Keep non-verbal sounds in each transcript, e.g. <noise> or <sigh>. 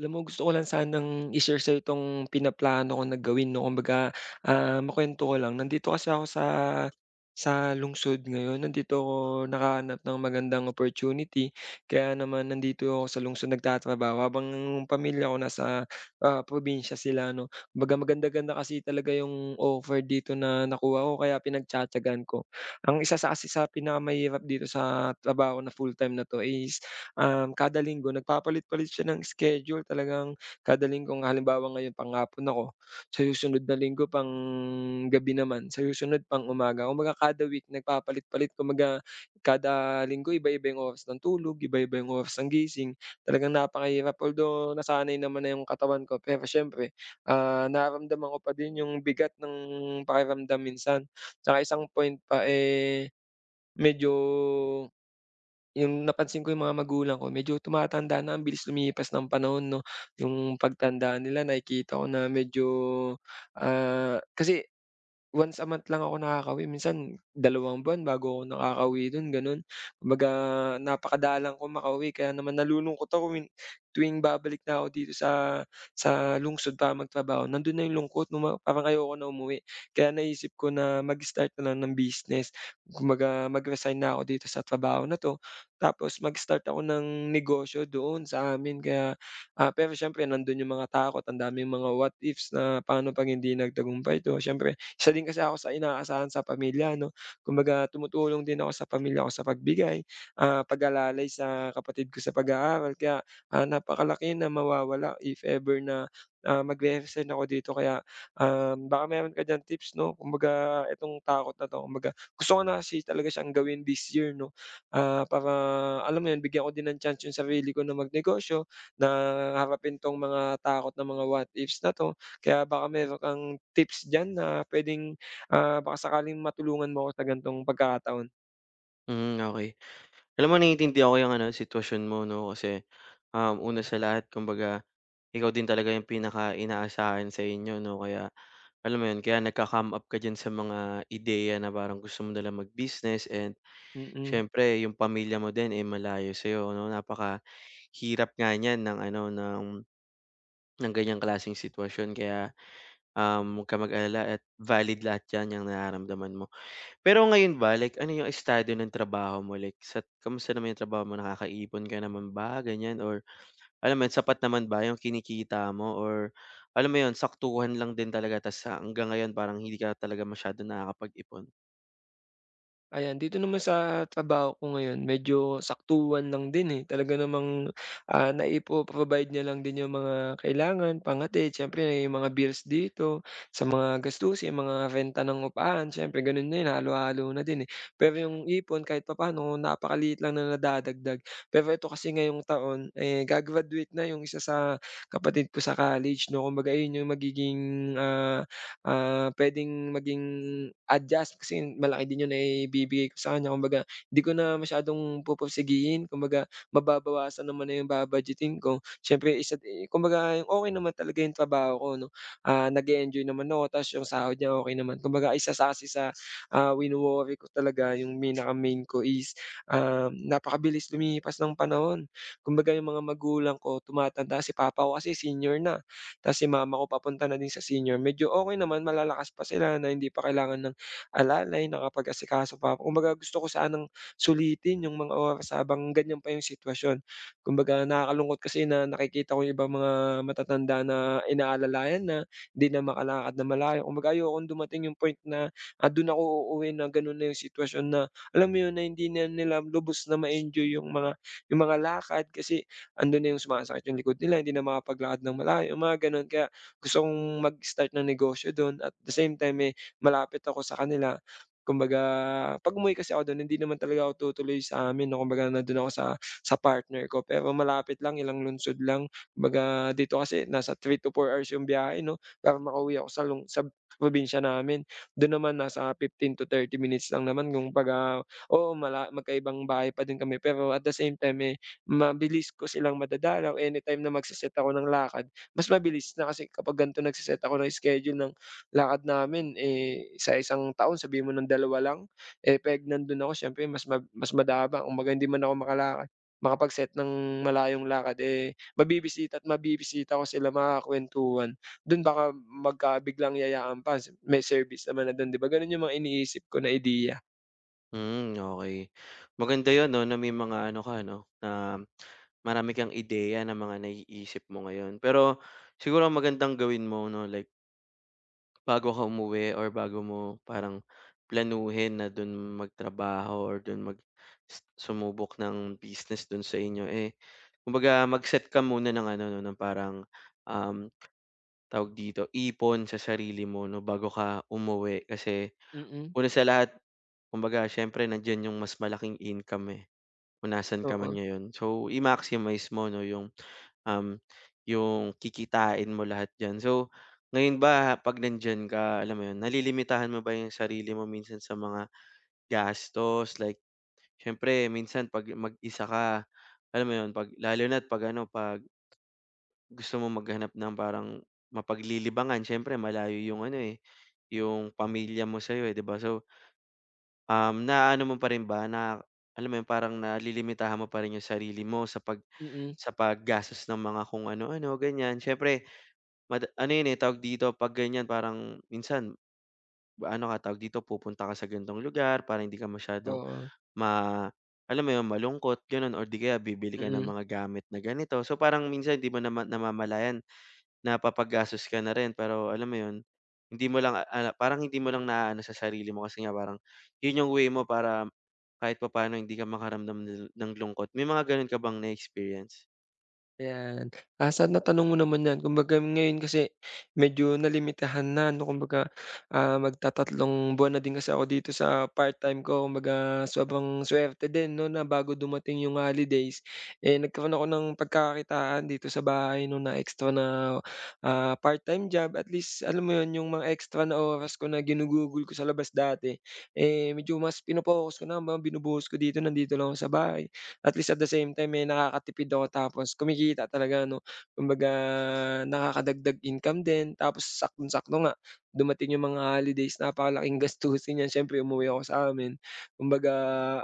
Alam mo, gusto ko lang sanang i-share sa'yo itong pinaplano ko na gawin 'no. Kumbaga, makuwento ko lang. Nandito kasi ako sa lungsod ngayon, nandito ako nakahanap ng magandang opportunity. Kaya naman nandito ako sa lungsod nagtatrabaho habang yung pamilya ko nasa, probinsya sila 'no. Kumbaga maganda-ganda kasi talaga yung offer dito na nakuha ko kaya pinagtiyatiyagaan ko. Ang isa sa kasi sa pinakamahirap dito sa trabaho na full-time na 'to is kada linggo nagpapalit-palit siya ng schedule talagang kada linggo. Kung halimbawa ngayon panghapon ako, sa susunod na linggo pang gabi naman, sa susunod pang-umaga. Kumbaga kada week nagpapalit-palit, kumbaga kada linggo iba-iba yung oras ng tulog, iba-iba yung oras ng gising. Talagang napakahirap although nasanay naman na yung katawan ko, pero siyempre, nararamdaman ko pa din yung bigat ng pakiramdam minsan. Tsaka isang point pa, eh, medyo yung napansin ko yung mga magulang ko medyo tumatanda na, ang bilis lumipas ng panahon 'no. Yung pagtanda nila nakikita ko na medyo, kasi once a month lang ako nakakauwi, minsan 2 buwan bago ako nakakauwi dun gano'n. Kumbaga napakadalang ko makauwi kaya naman nalulungkot ako tuwing babalik na ako dito sa lungsod para magtrabaho, nandun na yung lungkot nung parang ayoko na umuwi. Kaya naisip ko na mag-start na lang ng business, kumbaga mag-resign na ako dito sa trabaho na 'to, tapos mag-start ako ng negosyo doon sa amin, kaya, pero siyempre nandun yung mga takot, ang daming mga what ifs na paano 'pag hindi nagtagumpay 'to. Siyempre isa din kasi ako sa inaasahan sa pamilya 'no, kumbaga tumutulong din ako sa pamilya ko sa pagbigay, pag-alalay sa kapatid ko sa pag-aaral, kaya, napakalaki na mawawala if ever na, magre-resign ako dito, kaya, baka meron ka diyang tips 'no. Kumbaga itong takot na 'to, kumbaga gusto ko na kasi talaga siyang gawin this year 'no, para alam mo 'yun, bigyan ko din ng chance yung sarili ko na magnegosyo, na harapin 'tong mga takot na mga what ifs na 'to. Kaya baka meron kang tips diyan na puwedeng, baka sakaling matulungan mo ako sa ganitong pagkakataon. Hmm, okay. Alam mo, naiintindihan ko yung ano sitwasyon mo 'no, kasi, una sa lahat, kumbaga ikaw din talaga yung pinaka-inaasahan sa inyo 'no, kaya alam mo yun, kaya nagka-come up ka diyan sa mga ideya na parang gusto mo nalang mag-business, and Mm. siyempre yung pamilya mo din, eh, malayo sa'yo 'no. Napakahirap nga niyan ng ano, ng ganyang klaseng sitwasyon, kaya, huwag kang mag-alala at valid lahat 'yan, yang nararamdaman mo. Pero ngayon ba, like ano yung estado ng trabaho mo, like sa kamusta naman yung trabaho mo, nakakaipon ka naman ba ganyan, or alam mo yun, sapat naman ba yung kinikita mo, or alam mo yun, saktuhan lang din talaga, tas hanggang ngayon parang hindi ka talaga masyado nakakapag-ipon? Ayan, dito naman sa trabaho ko ngayon medyo saktuhan lang din, eh. Talaga namang, naipo-provide niya lang din yung mga kailangan, panghatid, siyempre yung mga bills dito, sa mga gastusin, yung mga renta ng upahan, siyempre gano'n na yun, halo-halo na din, eh. Pero yung ipon kahit papaano napakaliit lang na nadadagdag. Pero ito kasi ngayong taon, eh, na yung isa sa kapatid ko sa college 'no, kumbaga yun yung magiging, ah puwedeng maging adjust, kasi malaki din 'yung naibibigay ko sa kanya. Kumbaga hindi ko na masyadong pupursigihin, kumbaga mababawasan naman na 'yung ba-budgetin ko. Siyempre isa di kumbaga okey naman talaga 'yung trabaho ko 'no, nag-e-enjoy naman ako ta's 'yung sahod niya okay naman. Kumbaga isa sa kasi sa, wino-worry ko talaga 'yung pinaka-main ko is, napakabilis lumipas ng panahon. Kumbaga 'yung mga magulang ko tumatanda, si papa ko kasi senior na. Tapos si mama ko papunta na din sa senior, medyo okay naman, malalakas pa sila na hindi pa kailangan ng alalay, nakapag-asikaso pa ako. Kumbaga gusto ko sanang sulitin yung mga oras habang ganyan pa yung sitwasyon. Kumbaga nakakalungkot kasi na nakikita ko yung ibang mga matatanda na inaalalayan na, hindi na makalakad na malayo. Kumbaga ayokong dumating yung point na, dun ako uuwi na ganun na yung sitwasyon na alam mo yun, na hindi na nila lubos na ma-enjoy yung mga lakad kasi andun na yung sumasakit yung likod nila, hindi na makapaglakad ng malayo, mga gano'n. Kaya gusto kong mag-start ng negosyo dun, at the same time, eh, malapit ako sa kanila. Kumbaga, 'pag umuwi kasi ako dun hindi naman talaga ako tutuloy sa amin 'no, kumbaga nandun ako sa partner ko, pero malapit lang, ilang lungsod lang. Kumbaga dito kasi nasa 3 to 4 hours yung biyahe 'no, para makauwi ako sa probinsya namin. Dun naman nasa 15 to 30 minutes lang naman kung 'baga. Oo, magkaibang bahay pa din kami pero at the same time, eh, mabilis ko silang madadalaw anytime na magse-set ako ng lakad, mas mabilis na kasi kapag ganito nagse-set ako ng schedule ng lakad namin, eh, sa 1 taon sabihin mo ng dalawa lang, eh, peg nandun ako siyempre mas madaba kumbaga hindi man ako makalakad makapag-set ng malayong lakad, eh, mabibisita at mabibisita ko sila, makakakuwentuhan. Dun baka magkabiglang yayaan pa, may service naman na dun 'di ba, ganun yung mga iniisip ko na ideya. Hmm, okay. Maganda yun 'no, na may mga ano ka 'no, na marami kang ideya ng mga naiisip mo ngayon. Pero siguro ang magandang gawin mo 'no, like bago ka umuwi, or bago mo parang planuhin na dun magtrabaho or dun mag sumubok ng business dun sa inyo, eh, kumbaga mag-set ka muna ng ano 'no, ng parang, um, tawag dito, ipon sa sarili mo 'no, bago ka umuwi. Kasi Mm. una sa lahat, kumbaga siyempre nandiyan yung mas malaking income, eh. Kung nasaan ka man Oo. ngayon. So, i-maximize mo 'no yung, um, yung kikitain mo lahat diyan. So, ngayon ba 'pag nandiyan ka, alam mo yun, nalilimitahan mo ba yung sarili mo minsan sa mga gastos? Like siyempre minsan 'pag mag-isa ka, alam mo yun, 'pag lalo na 'pag ano, 'pag gusto mo maghanap ng parang mapaglilibangan, siyempre malayo yung ano, eh, yung pamilya mo sa'yo, eh, 'di ba? So naaano mo pa rin ba na alam mo yun, parang nalilimitahan mo pa rin yung sarili mo sa Mm. sa paggastos ng mga kung ano-ano, ganyan. Siyempre ano yun, eh, tawag dito, 'pag ganyan parang minsan ano ka, tawag dito, pupunta ka sa ganitong lugar para hindi ka masyadong Oo, ma alam mo yun, malungkot, gano'n, or 'di kaya bibili ka ng mm. mga gamit na ganito. So, parang minsan 'di mo namamalayan, napapagastos ka na rin, pero alam mo 'yun, hindi mo lang naaano sa sarili mo, kasi nga parang 'yun yung way mo para kahit papaano hindi ka makaramdam ng lungkot. May mga gano'n ka bang na-experience? Ayan. Ah, sa natanong mo naman 'yan, kumbaga ngayon kasi medyo nalimitahan na 'no. Kumbaga, magtatatlong buwan na din kasi ako dito sa part-time ko. Kumbaga sobrang suwerte din 'no, na bago dumating yung holidays, eh, nagkaroon ako ng pagkakakitaan dito sa bahay 'no, na extra na, part-time job. At least alam mo 'yun, yung mga extra na oras ko na ginugugol ko sa labas dati, eh, medyo mas pino-focus ko na, mga binubuhos ko dito, nandito lang ako sa bahay, at least at the same time, eh, nakakatipid ako tapos kumikita talaga 'no. Kumbaga nakakadagdag income din, tapos saktong-sakto nga dumating yung mga holidays, napakalaking <laughs> gastusin niyan, siyempre umuwi ako sa amin. Kumbaga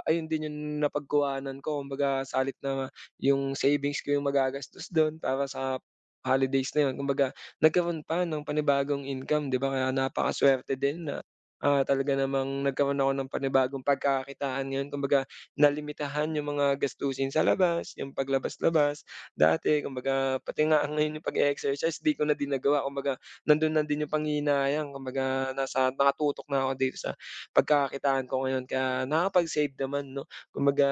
ayun din yung napagkuhanan ko, kumbaga sa halip na yung savings ko yung magagastos dun para sa holidays na yun. Kumbaga nagkaroon pa ng panibagong income 'di ba, kaya napakasuwerte din na, talaga namang nagkaroon ako ng panibagong pagkakakitaan ngayon, kumbaga na limitahan yung mga gastusin sa labas, yung paglabas-labas. Dati kumbaga, pati nga ngayon yung pag exercise 'di ko na din nagawa, kumbaga nandun na din yung panghihinayang, kumbaga nasa nakatutok na ako dito sa pagkakakitaan ko ngayon kaya nakapag-save naman 'no. Kumbaga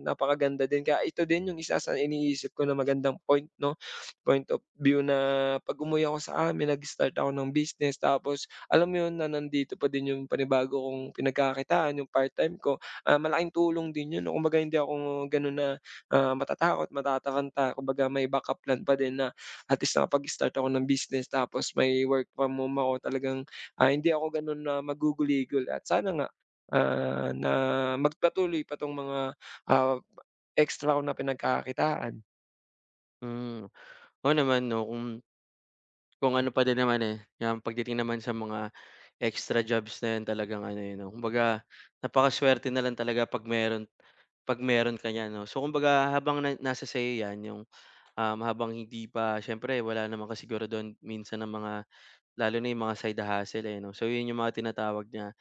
napakaganda din, kaya ito din yung isa sa iniisip ko na magandang point 'no, point of view na 'pag umuwi ako sa amin nag-start ako ng business, tapos alam mo yun na nandito pa din yung panibago kong pinagkakitaan, yung part-time ko, malaking tulong din 'yun 'no. Kumbaga hindi ako gano'n na, matatakot, matataranta, kumbaga may backup plan pa din na at least nakapag-start ako ng business tapos may work from home ako, talagang, hindi ako gano'n na maguguligol, at sana nga, na magpatuloy pa 'tong mga, ah, extra ko na pinagkakakitaan. Hmm, oo naman 'no, kung ano pa din naman, eh, yung pagdating naman sa mga extra jobs na 'yun talagang ano, eh, 'no, kumbaga napakasuwerte na lang talaga 'pag meron, 'pag meron ka niyan 'no. So kumbaga habang na nasa sa'yo 'yan yung, habang hindi pa, siyempre wala naman kasi siguro do'n minsan ng mga lalo na yung mga side hustle, eh, 'no? So, yun yung mga tinatawag niya,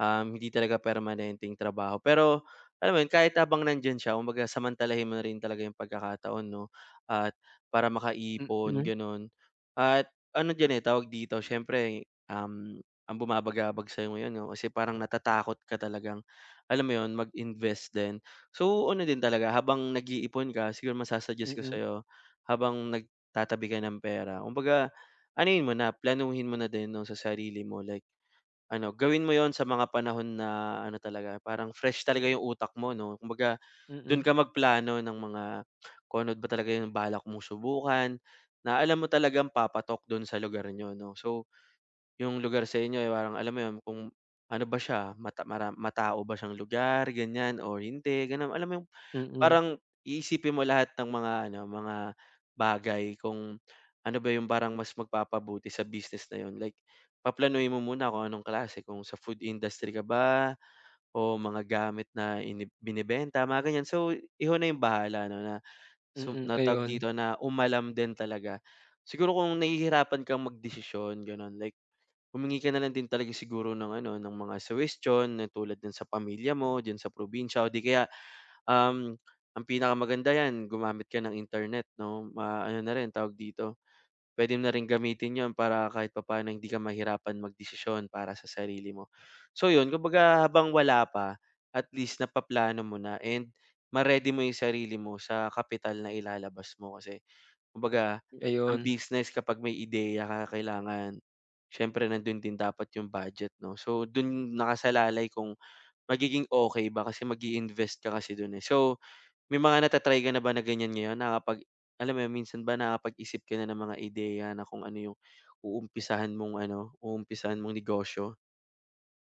hindi talaga permanenteng trabaho. Pero alam mo yun, kahit habang nandiyan siya kumbaga samantalahin mo na rin talaga yung pagkakataon 'no, at para Mm, makaipon mm, gano'n. At ano diyan, eh, tawag dito siyempre, ang bumabagabag sa'yo ngayon 'no, kasi parang natatakot ka talagang alam mo yun, mag-invest din. So ano din talaga, habang nag-iipon ka siguro ko mm, sa'yo, habang nagtatabi ka ng pera kumbaga ano mo na, planuhin mo na din 'no sa sarili mo, like ano, gawin mo 'yon sa mga panahon na ano talaga, parang fresh talaga yung utak mo 'no. Kumbaga, do'n mm, ka magplano ng mga kung ano ba talaga yung balak mong subukan, na alam mo talagang papatok do'n sa lugar niyo 'no. So yung lugar sa inyo, eh, parang alam mo yun kung ano ba siya, matao ba siyang lugar ganyan or hindi, gano'n. Alam mo yung mm, parang iisipin mo lahat ng mga ano, mga bagay kung ano ba yung parang mas magpapabuti sa business na yun. Like paplanuhin mo muna kung anong klase, kung sa food industry ka ba o mga gamit na binebenta, mga ganyan. So, ikaw na yung bahala 'no na mm, na tawag ayun, dito, na umalam din talaga. Siguro kung nahihirapan kang magdesisyon gano'n, like humingi ka na lang din talaga siguro ng ano, ng mga suhestiyon na tulad din sa pamilya mo diyan sa probinsya, o di kaya, um, ang pinakamaganda 'yan gumamit ka ng internet 'no, ma-ano na rin tawag dito, puwede mo na rin gamitin 'yon para kahit papaano hindi ka mahirapan magdesisyon para sa sarili mo. So 'yun, kumbaga habang wala pa, at least napaplano mo na, and ma-ready mo 'yung sarili mo sa kapital na ilalabas mo. Kasi kumbaga, ang ayun. business kapag may ideya ka, kailangan siyempre nandun din dapat yung budget 'no. So dun nakasalalay kung magiging okay ba, kasi mag invest ka kasi dun, eh. So may mga nata-try ka na ba na ganyan ngayon, nakakapag alam mo yun minsan ba nakakapag-isip ka na ng mga ideya na kung ano yung uumpisahan mong ano, uumpisahan mong negosyo?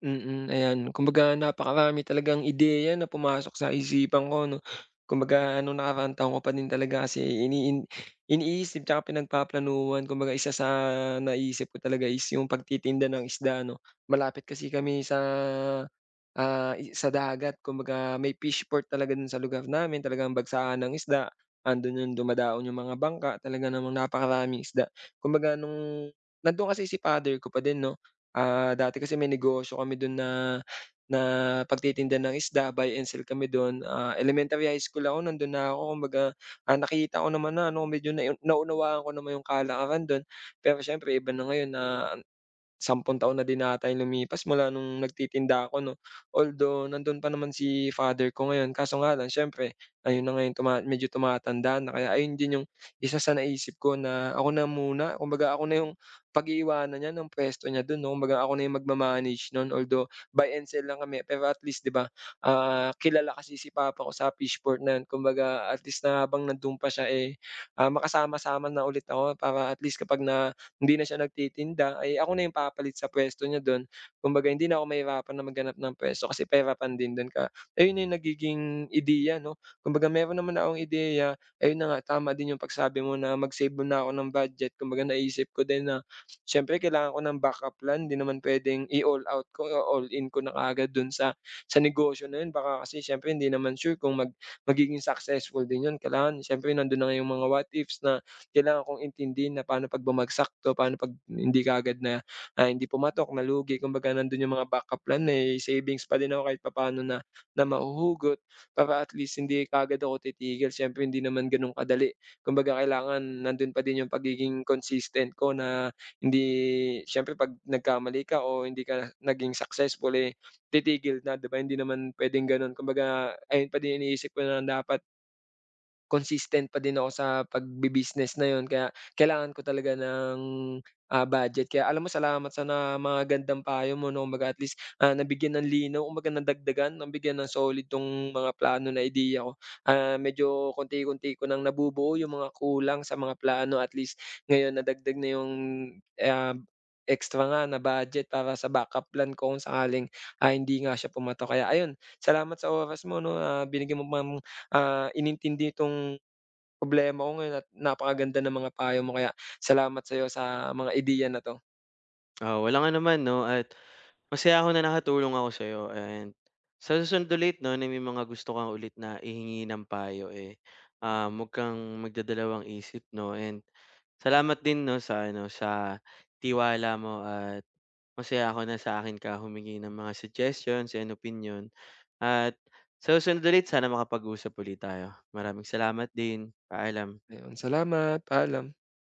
Mm, ayan, kumbaga napakarami talagang ideya na pumasok sa isipan ko 'no. Kumbaga nung nakaraan taon ko pa din talaga kasi iniisip tsaka pinagpaplanuhan, kumbaga isa sa naisip ko talaga is yung pagtitinda ng isda 'no. Malapit kasi kami sa Ah, i sa dagat, kumbaga may fish port talaga dun sa lugar namin, talagang bagsakan ng isda, andun yung dumadaon yung mga bangka, talaga namang napakaraming isda. Kumbaga nung nandun kasi si father ko pa din 'no, dati kasi may negosyo kami dun na na pagtitinda ng isda, buy and sell kami dun. Ah, elementary high school ako nandun na ako, kumbaga, nakita ko naman na ano, medyo naunawaan ko naman yung kalakaran dun. Pero siyempre iba na ngayon na 10 taon na din ata yung lumipas mula nung nagtitinda ako 'no. Although nandun pa naman si father ko ngayon kaso nga lang, siyempre ayun na nga yung medyo tumatanda na, kaya ayun din yung isa sa naisip ko na ako na muna, kumbaga ako na yung pag-iiwanan niya ng puwesto niya dun 'no. Kumbaga ako na yung magma-manage nun, although buy and sell lang kami pero at least 'di ba, kilala kasi si papa ko sa Fishport na yun, kumbaga at least na habang nandun pa siya, eh, makasama-sama na ulit ako para at least kapag na hindi na siya nagtitinda, ay ako na yung papalit sa puwesto niya do'n. Kumbaga hindi na ako mahirapan na maghanap ng puwesto, kasi pahirapan din do'n ka, ayun na yung nagiging ideya 'no. Kumbaga meron naman akong ideya, ayun na nga tama din yung pagsabi mo na mag-save muna ako ng budget. Kumbaga naisip ko din na siyempre kailangan ko ng backup plan, hindi naman puwedeng i-all out ko o all in ko na kaagad do'n sa negosyo na yun. Baka kasi siyempre hindi naman sure kung magiging successful din yun. Kailangan siyempre nando'n na nga yung mga what ifs na kailangan kong intindihin na paano 'pag bumagsak 'to, paano 'pag hindi kaagad na, hindi pumatok, nalugi. Kumbaga nandun yung mga backup plan na, eh, savings pa din ako kahit papaano na na mahuhugot para at least hindi kaagad ako titigil. Siyempre hindi naman gano'n kadali. Kumbaga kailangan nandun pa din yung pagiging consistent ko, na hindi siyempre 'pag nagkamali ka o hindi ka naging successful, eh, titigil na, 'di ba? Hindi naman puwedeng gano'n. Kumbaga ayun pa din iniisip ko na dapat consistent pa din ako sa pagbi-business na yun, kaya kailangan ko talaga ng, budget. Kaya alam mo, salamat sa na magandang payo mo 'no, kumbaga at least, nabigyan ng linaw, kumbaga nadagdagan, nabigyan ng solid 'tong mga plano na ideya ko. Ah, medyo konti-konti ko ng nabubuo yung mga kulang sa mga plano, at least ngayon nadagdag na yung, ah, extra nga na budget para sa backup plan ko kung sakaling, hindi nga siya pumatok. Kaya ayun, salamat sa oras mo 'no, binigyan mo ng inintindi itong problema ko ngayon, at napakaganda ng mga payo mo, kaya salamat sa'yo sa mga ideya na 'to. Oo, walang anuman 'no, at masaya ako na nakatulong ako sa'yo, and sa susunod ulit 'no, na may mga gusto kang ulit na ihingi ng payo, eh, huwag kang magdadalawang isip 'no, and salamat din 'no sa ano, sa tiwala mo, at masaya ako na sa akin ka humingi ng mga suggestions and opinyon, at sa susunod ulit sana makapag-usap ulit tayo. Maraming salamat din. Paalam. Ayun, salamat, paalam.